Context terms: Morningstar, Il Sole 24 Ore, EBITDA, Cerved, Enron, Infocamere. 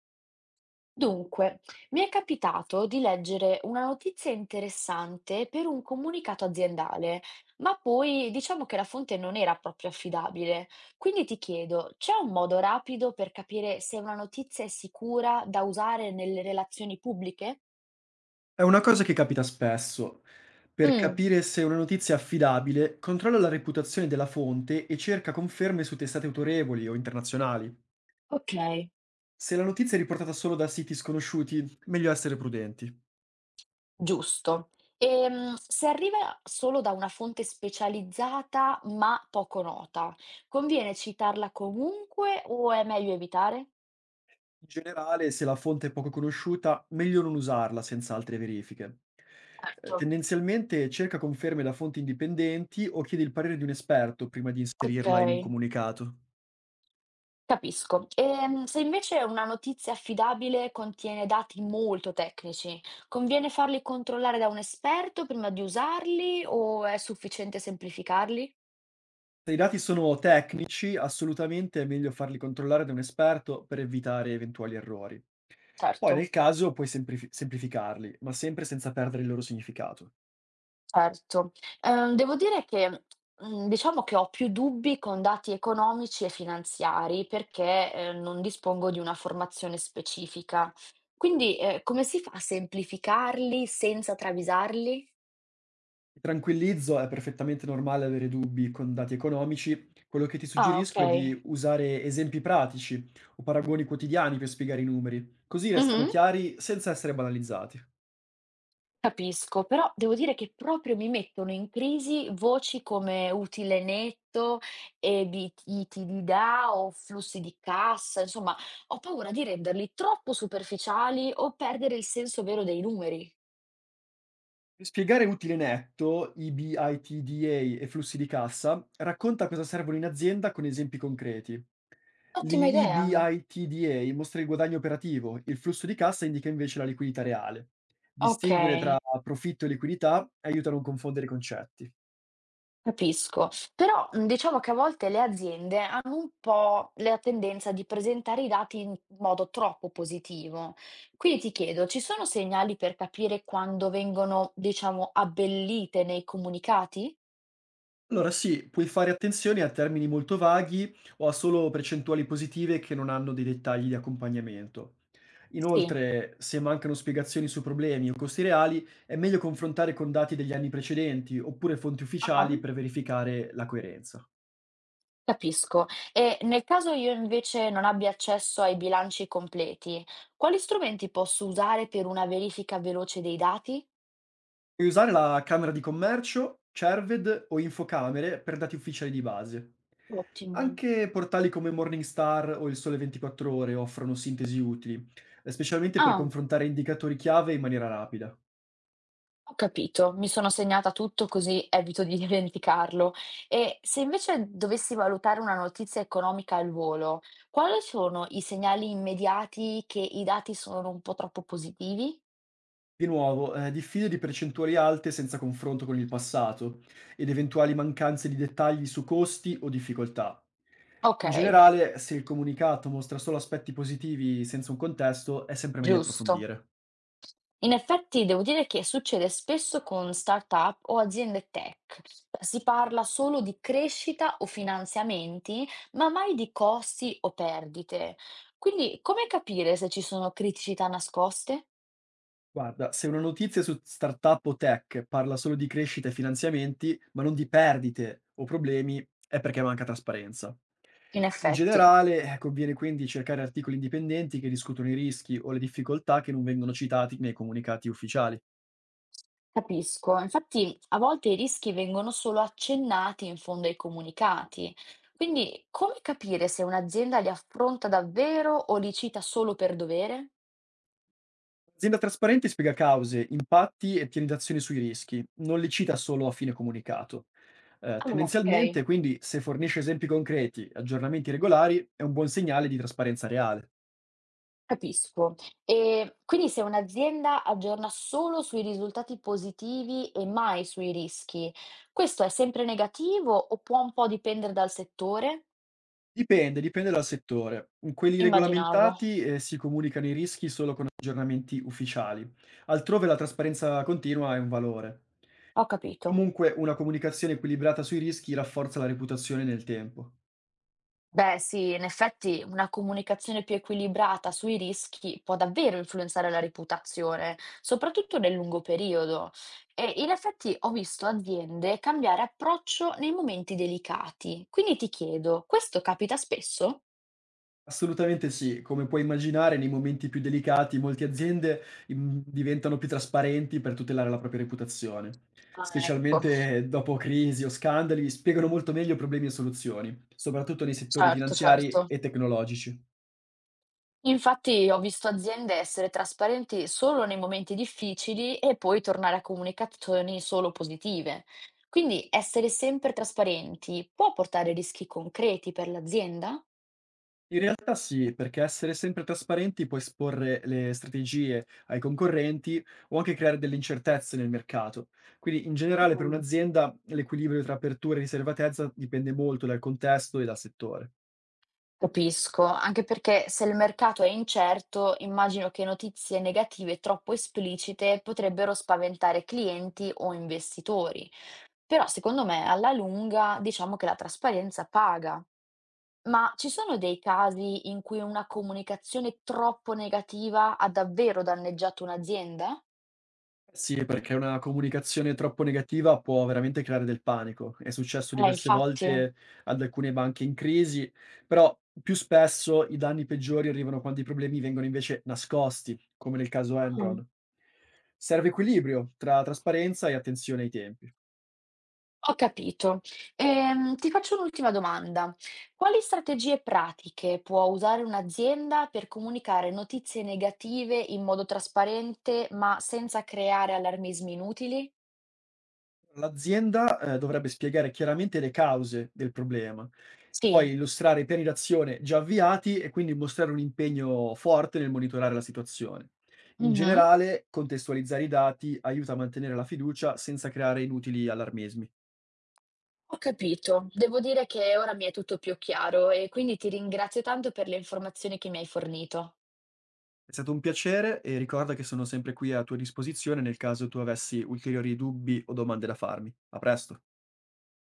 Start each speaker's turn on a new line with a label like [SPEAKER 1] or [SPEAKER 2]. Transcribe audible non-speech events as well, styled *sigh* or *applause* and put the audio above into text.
[SPEAKER 1] Dunque, mi è capitato di leggere una notizia interessante per un comunicato aziendale, ma poi diciamo che la fonte non era proprio affidabile. Quindi ti chiedo, c'è un modo rapido per capire se una notizia è sicura da usare nelle relazioni pubbliche?
[SPEAKER 2] È una cosa che capita spesso. Per
[SPEAKER 1] Mm,
[SPEAKER 2] capire se una notizia è affidabile, controlla la reputazione della fonte e cerca conferme su testate autorevoli o internazionali.
[SPEAKER 1] ok,
[SPEAKER 2] Se la notizia è riportata solo da siti sconosciuti, meglio essere prudenti. In
[SPEAKER 1] giusto. E, se arriva solo da una fonte specializzata ma poco nota, conviene citarla comunque o è meglio evitare?
[SPEAKER 2] generale, se la fonte è poco conosciuta, meglio non usarla senza altre verifiche.
[SPEAKER 1] Certo.
[SPEAKER 2] Tendenzialmente cerca conferme da fonti indipendenti o chiede il parere di un esperto prima di
[SPEAKER 1] Ok.
[SPEAKER 2] inserirla in un comunicato.
[SPEAKER 1] Capisco. Se invece una notizia affidabile contiene dati molto tecnici, conviene farli controllare da un esperto prima di usarli o è sufficiente semplificarli?
[SPEAKER 2] Se i dati sono tecnici, assolutamente è meglio farli controllare da un esperto per evitare eventuali errori.
[SPEAKER 1] Certo,
[SPEAKER 2] Poi nel caso puoi semplificarli, ma sempre senza perdere il loro significato.
[SPEAKER 1] certo. Devo dire che diciamo che ho più dubbi con dati economici e finanziari perché non dispongo di una formazione specifica. Quindi come si fa a semplificarli senza travisarli?
[SPEAKER 2] Ti tranquillizzo, è perfettamente normale avere dubbi con dati economici. Quello che ti
[SPEAKER 1] Ah, ok.
[SPEAKER 2] suggerisco è di usare esempi pratici o paragoni quotidiani per spiegare i numeri, così restano
[SPEAKER 1] Mhm.
[SPEAKER 2] chiari senza essere banalizzati.
[SPEAKER 1] Capisco, però devo dire che proprio mi mettono in crisi voci come utile netto e EBITDA o flussi di cassa, insomma, ho paura di renderli troppo superficiali o perdere il senso vero dei numeri.
[SPEAKER 2] Per spiegare utile netto, EBITDA e flussi di cassa, racconta cosa servono in azienda con esempi concreti.
[SPEAKER 1] Ottima idea.
[SPEAKER 2] L'EBITDA mostra il guadagno operativo, il flusso di cassa indica invece la liquidità reale.
[SPEAKER 1] Ok.
[SPEAKER 2] Distinguere tra profitto e liquidità aiuta a non confondere i concetti.
[SPEAKER 1] Capisco, però, diciamo che a volte le aziende hanno un po' la tendenza di presentare i dati in modo troppo positivo. Quindi ti chiedo, ci sono segnali per capire quando vengono, diciamo, abbellite nei comunicati?
[SPEAKER 2] Allora sì, puoi fare attenzione a termini molto vaghi o a solo percentuali positive che non hanno dei dettagli di accompagnamento.
[SPEAKER 1] Sì,
[SPEAKER 2] Inoltre, se mancano spiegazioni su problemi o costi reali, è meglio confrontare con dati degli anni precedenti oppure fonti
[SPEAKER 1] ah-ah,
[SPEAKER 2] ufficiali per verificare la coerenza.
[SPEAKER 1] capisco. E nel caso io invece non abbia accesso ai bilanci completi, quali strumenti posso usare per una verifica veloce dei dati?
[SPEAKER 2] Puoi usare la camera di commercio, Cerved o Infocamere per dati ufficiali di base.
[SPEAKER 1] Ottimo.
[SPEAKER 2] Anche portali come Morningstar o Il Sole 24 Ore offrono sintesi utili, specialmente per
[SPEAKER 1] Ah.
[SPEAKER 2] confrontare indicatori chiave in maniera rapida.
[SPEAKER 1] Ho capito, mi sono segnata tutto così evito di *laughs* dimenticarlo. E se invece dovessi valutare una notizia economica al volo, quali sono i segnali immediati che i dati sono un po' troppo positivi?
[SPEAKER 2] Di nuovo, diffide di percentuali alte senza confronto con il passato ed eventuali mancanze di dettagli su costi o difficoltà.
[SPEAKER 1] Ok,
[SPEAKER 2] In generale, se il comunicato mostra solo aspetti positivi senza un contesto, è sempre meglio
[SPEAKER 1] giusto.
[SPEAKER 2] approfondire.
[SPEAKER 1] In effetti devo dire che succede spesso con start-up o aziende tech. Si parla solo di crescita o finanziamenti, ma mai di costi o perdite. Quindi come capire se ci sono criticità nascoste?
[SPEAKER 2] Guarda, se una notizia su startup o tech parla solo di crescita e finanziamenti, ma non di perdite o problemi, è perché manca trasparenza.
[SPEAKER 1] In
[SPEAKER 2] In
[SPEAKER 1] effetti.
[SPEAKER 2] generale, conviene quindi cercare articoli indipendenti che discutono i rischi o le difficoltà che non vengono citati nei comunicati ufficiali.
[SPEAKER 1] Capisco, infatti a volte i rischi vengono solo accennati in fondo ai comunicati, quindi come capire se un'azienda li affronta davvero o li cita solo per dovere?
[SPEAKER 2] L'azienda trasparente spiega cause, impatti e piani d'azione sui rischi, non li cita solo a fine comunicato.
[SPEAKER 1] Ah,
[SPEAKER 2] Tendenzialmente,
[SPEAKER 1] ok.
[SPEAKER 2] quindi, se fornisce esempi concreti e aggiornamenti regolari, è un buon segnale di trasparenza reale.
[SPEAKER 1] Capisco. E quindi se un'azienda aggiorna solo sui risultati positivi e mai sui rischi, questo è sempre negativo o può un po' dipendere dal settore?
[SPEAKER 2] Dipende, dipende dal settore. In quelli
[SPEAKER 1] Immaginavo,
[SPEAKER 2] regolamentati, si comunicano i rischi solo con aggiornamenti ufficiali, altrove la trasparenza continua è un valore.
[SPEAKER 1] ho capito.
[SPEAKER 2] Comunque una comunicazione equilibrata sui rischi rafforza la reputazione nel tempo.
[SPEAKER 1] Beh, sì, in effetti una comunicazione più equilibrata sui rischi può davvero influenzare la reputazione, soprattutto nel lungo periodo. E in effetti ho visto aziende cambiare approccio nei momenti delicati. Quindi ti chiedo, questo capita spesso?
[SPEAKER 2] Assolutamente sì, come puoi immaginare nei momenti più delicati molte aziende, diventano più trasparenti per tutelare la propria reputazione.
[SPEAKER 1] Ah, ecco,
[SPEAKER 2] Specialmente dopo crisi o scandali, spiegano molto meglio problemi e soluzioni, soprattutto nei settori
[SPEAKER 1] certo,
[SPEAKER 2] finanziari
[SPEAKER 1] certo.
[SPEAKER 2] e tecnologici.
[SPEAKER 1] Infatti ho visto aziende essere trasparenti solo nei momenti difficili e poi tornare a comunicazioni solo positive. Quindi essere sempre trasparenti può portare rischi concreti per l'azienda?
[SPEAKER 2] In realtà sì, perché essere sempre trasparenti può esporre le strategie ai concorrenti o anche creare delle incertezze nel mercato. Quindi in generale per
[SPEAKER 1] Mm.
[SPEAKER 2] un'azienda l'equilibrio tra apertura e riservatezza dipende molto dal contesto e dal settore.
[SPEAKER 1] Capisco, anche perché se il mercato è incerto, immagino che notizie negative troppo esplicite potrebbero spaventare clienti o investitori. Però secondo me alla lunga diciamo che la trasparenza paga. Ma ci sono dei casi in cui una comunicazione troppo negativa ha davvero danneggiato un'azienda?
[SPEAKER 2] Sì, perché una comunicazione troppo negativa può veramente creare del panico. È successo diverse
[SPEAKER 1] Infatti.
[SPEAKER 2] volte ad alcune banche in crisi, però più spesso i danni peggiori arrivano quando i problemi vengono invece nascosti, come nel caso
[SPEAKER 1] Mm.
[SPEAKER 2] Enron. Serve equilibrio tra trasparenza e attenzione ai tempi.
[SPEAKER 1] Ho capito. Ti faccio un'ultima domanda. Quali strategie pratiche può usare un'azienda per comunicare notizie negative in modo trasparente, ma senza creare allarmismi inutili?
[SPEAKER 2] L'azienda, dovrebbe spiegare chiaramente le cause del problema, poi
[SPEAKER 1] Sì.
[SPEAKER 2] illustrare i piani d'azione già avviati e quindi mostrare un impegno forte nel monitorare la situazione. In
[SPEAKER 1] Mhm.
[SPEAKER 2] generale, contestualizzare i dati aiuta a mantenere la fiducia senza creare inutili allarmismi.
[SPEAKER 1] Ho capito. Devo dire che ora mi è tutto più chiaro e quindi ti ringrazio tanto per le informazioni che mi hai fornito.
[SPEAKER 2] È stato un piacere e ricorda che sono sempre qui a tua disposizione nel caso tu avessi ulteriori dubbi o domande da farmi. A presto.